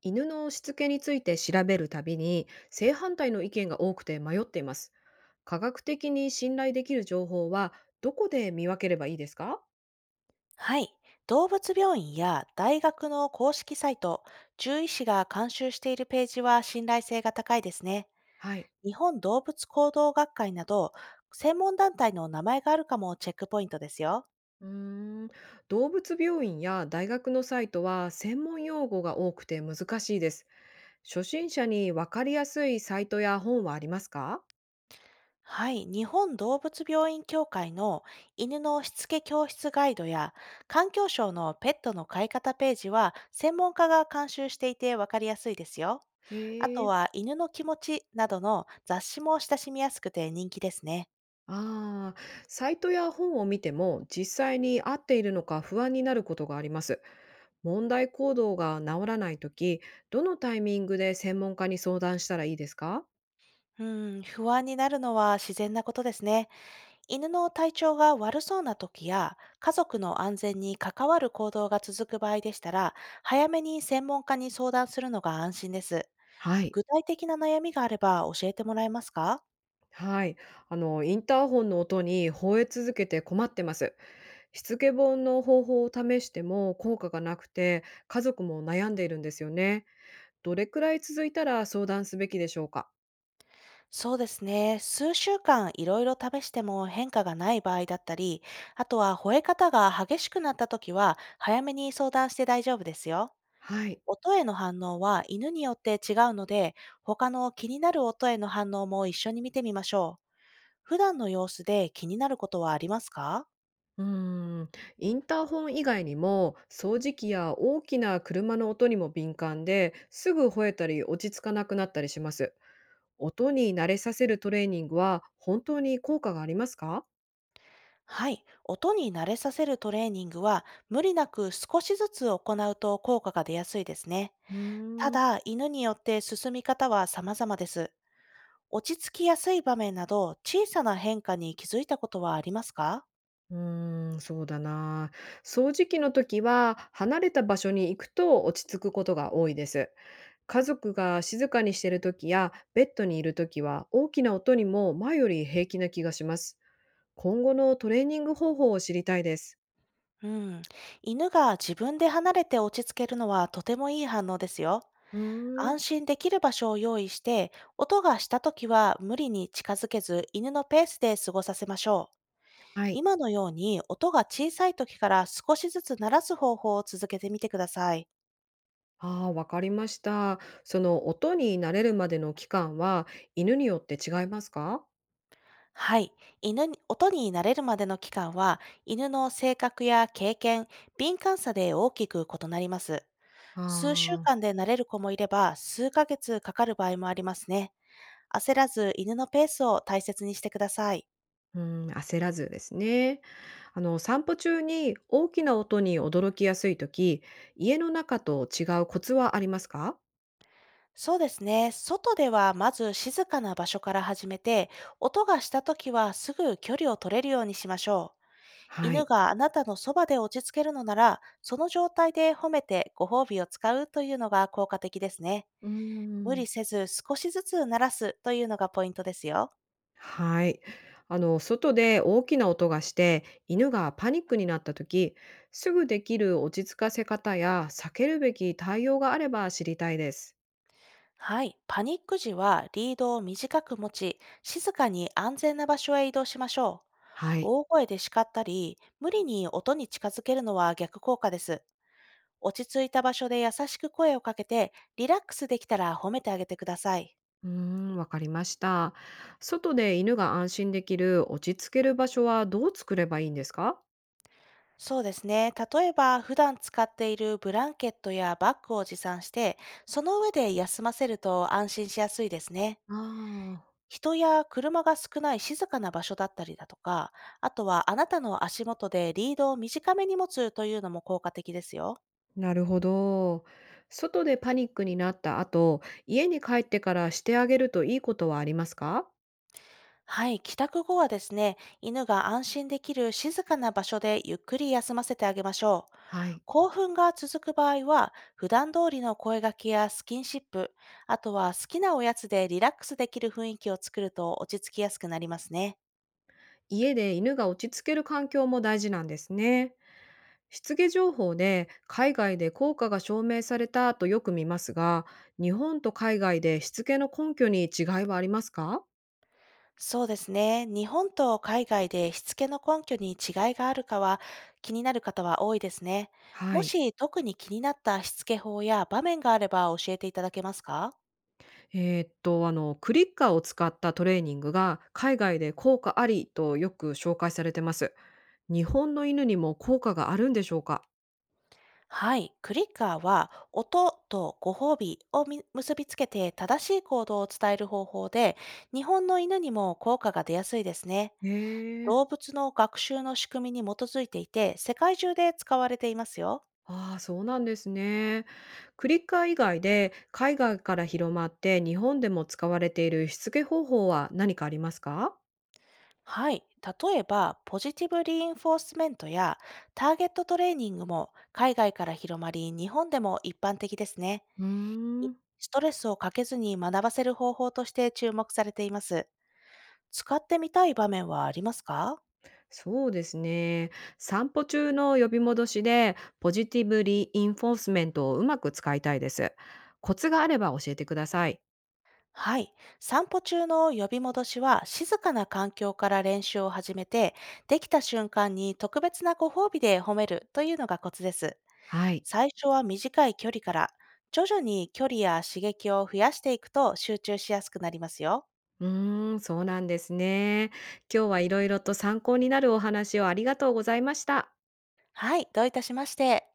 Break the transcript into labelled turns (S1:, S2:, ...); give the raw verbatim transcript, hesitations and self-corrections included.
S1: 犬のしつけについて調べるたびに正反対の意見が多くて迷っています。科学的に信頼できる情報はどこで見分ければいいですか？
S2: はい。動物病院や大学の公式サイト、獣医師が監修しているページは信頼性が高いですね。
S1: はい。
S2: 日本動物行動学会など、専門団体の名前があるかもチェックポイントですよ。
S1: うーん。動物病院や大学のサイトは専門用語が多くて難しいです。初心者に分かりやすいサイトや本はありますか？
S2: はい。日本動物病院協会の犬のしつけ教室ガイドや、環境省のペットの飼い方ページは、専門家が監修していてわかりやすいですよ。あ
S1: へ
S2: と
S1: え。
S2: は、犬の気持ちなどの雑誌も親しみやすくて人気ですね。
S1: ああ、サイトや本を見ても実際に合っているのか不安になることがあります。問題行動が治らないとき、どのタイミングで専門家に相談したらいいですか？
S2: うん、不安になるのは自然なことですね。犬の体調が悪そうな時や、家族の安全に関わる行動が続く場合でしたら、早めに専門家に相談するのが安心です。
S1: はい。
S2: 具体的な悩みがあれば教えてもらえますか？
S1: はい。あの、インターホンの音に吠え続けて困ってます。しつけ本の方法を試しても効果がなくて、家族も悩んでいるんですよね。どれくらい続いたら相談すべきでしょうか？
S2: そうですね。数週間いろいろ試しても変化がない場合だったり、あとは吠え方が激しくなった時は、早めに相談して大丈夫ですよ。
S1: はい。
S2: 音への反応は犬によって違うので、他の気になる音への反応も一緒に見てみましょう。普段の様子で気になることはありますか？
S1: うーん、インターホン以外にも掃除機や大きな車の音にも敏感ですぐ吠えたり落ち着かなくなったりします。音に慣れさせるトレーニングは本当に効果がありますか？
S2: はい。音に慣れさせるトレーニングは、無理なく少しずつ行うと効果が出やすいですね。
S1: う
S2: た
S1: ーん。
S2: だ、犬によって進み方は様々です。落ち着きやすい場面など、小さな変化に気づいたことはありますか？
S1: うーん、そうだな。掃除機の時は離れた場所に行くと落ち着くことが多いです。家族が静かにしている時やベッドにいる時は大きな音にも前より平気な気がします。今後のトレーニング方法を知りたいです。
S2: うん。犬が自分で離れて落ち着けるのはとてもいい反応ですよ。
S1: うーん。
S2: 安心できる場所を用意して、音がしたときは無理に近づけず犬のペースで過ごさせましょう。
S1: はい。
S2: 今のように音が小さい時から少しずつ鳴らす方法を続けてみてください。
S1: ああ、わかりました。その音に慣れるまでの期間は犬によって違いますか？
S2: はい。犬に、音に慣れるまでの期間は、犬の性格や経験、敏感さで大きく異なります。
S1: あ
S2: 数週
S1: あー。
S2: 間で慣れる子もいれば、数ヶ月かかる場合もありますね。焦らず犬のペースを大切にしてください。
S1: うん、焦らずですね。あの、散歩中に大きな音に驚きやすいとき、家の中と違うコツはありますか？
S2: そうですね。外ではまず静かな場所から始めて、音がしたときはすぐ距離を取れるようにしましょう。
S1: は
S2: 犬
S1: い。
S2: があなたのそばで落ち着けるのなら、その状態で褒めてご褒美を使うというのが効果的ですね。
S1: うー
S2: 無
S1: ん。
S2: 理せず少しずつ鳴らすというのがポイントですよ。
S1: はい。あの、外で大きな音がして、犬がパニックになったとき、すぐできる落ち着かせ方や避けるべき対応があれば知りたいです。
S2: はい。パニック時はリードを短く持ち、静かに安全な場所へ移動しましょう。
S1: はい。
S2: 大声で叱ったり、無理に音に近づけるのは逆効果です。落ち着いた場所で優しく声をかけて、リラックスできたら褒めてあげてください。
S1: うーん、わかりました。外で犬が安心できる落ち着ける場所はどう作ればいいんですか？
S2: そうですね。例えば、普段使っているブランケットやバッグを持参して、その上で休ませると安心しやすいですね。
S1: ああ。
S2: 人や車が少ない静かな場所だったりだとか、あとはあなたの足元でリードを短めに持つというのも効果的ですよ。
S1: なるほど。外でパニックになった後、家に帰ってからしてあげるといいことはありますか？
S2: はい、帰宅後はですね、犬が安心できる静かな場所でゆっくり休ませてあげましょう。
S1: はい。
S2: 興奮が続く場合は、普段通りの声掛けやスキンシップ、あとは好きなおやつでリラックスできる雰囲気を作ると落ち着きやすくなりますね。
S1: 家で犬が落ち着ける環境も大事なんですね。失下情報で海外で効果が証明されたとよく見ますが、日本と海外でしつけの根拠に違いはありますか？
S2: そうですね。日本と海外でしつけの根拠に違いがあるかは気になる方は多いですね。
S1: は
S2: も
S1: い。
S2: し特に気になったしつけ法や場面があれば教えていただけますか？
S1: えーっと、あの、クリッカーを使ったトレーニングが海外で効果ありとよく紹介されてます。日本の犬にも効果があるんでしょうか？
S2: はい。クリッカーは、音とご褒美をみ結びつけて正しい行動を伝える方法で、日本の犬にも効果が出やすいですね。
S1: へ
S2: 動
S1: え。
S2: 物の学習の仕組みに基づいていて、世界中で使われていますよ。
S1: ああ、そうなんですね。クリッカー以外で海外から広まって日本でも使われているしつけ方法は何かありますか？
S2: はい。例えば、ポジティブリインフォースメントやターゲットトレーニングも海外から広まり、日本でも一般的ですね。
S1: うーん。
S2: ストレスをかけずに学ばせる方法として注目されています。使ってみたい場面はありますか？
S1: そうですね。散歩中の呼び戻しでポジティブリインフォースメントをうまく使いたいです。コツがあれば教えてください。
S2: はい。散歩中の呼び戻しは静かな環境から練習を始めて、できた瞬間に特別なご褒美で褒めるというのがコツです。
S1: はい。
S2: 最初は短い距離から、徐々に距離や刺激を増やしていくと集中しやすくなりますよ。
S1: うーん、そうなんですね。今日はいろいろと参考になるお話をありがとうございました。
S2: はい。どういたしまして。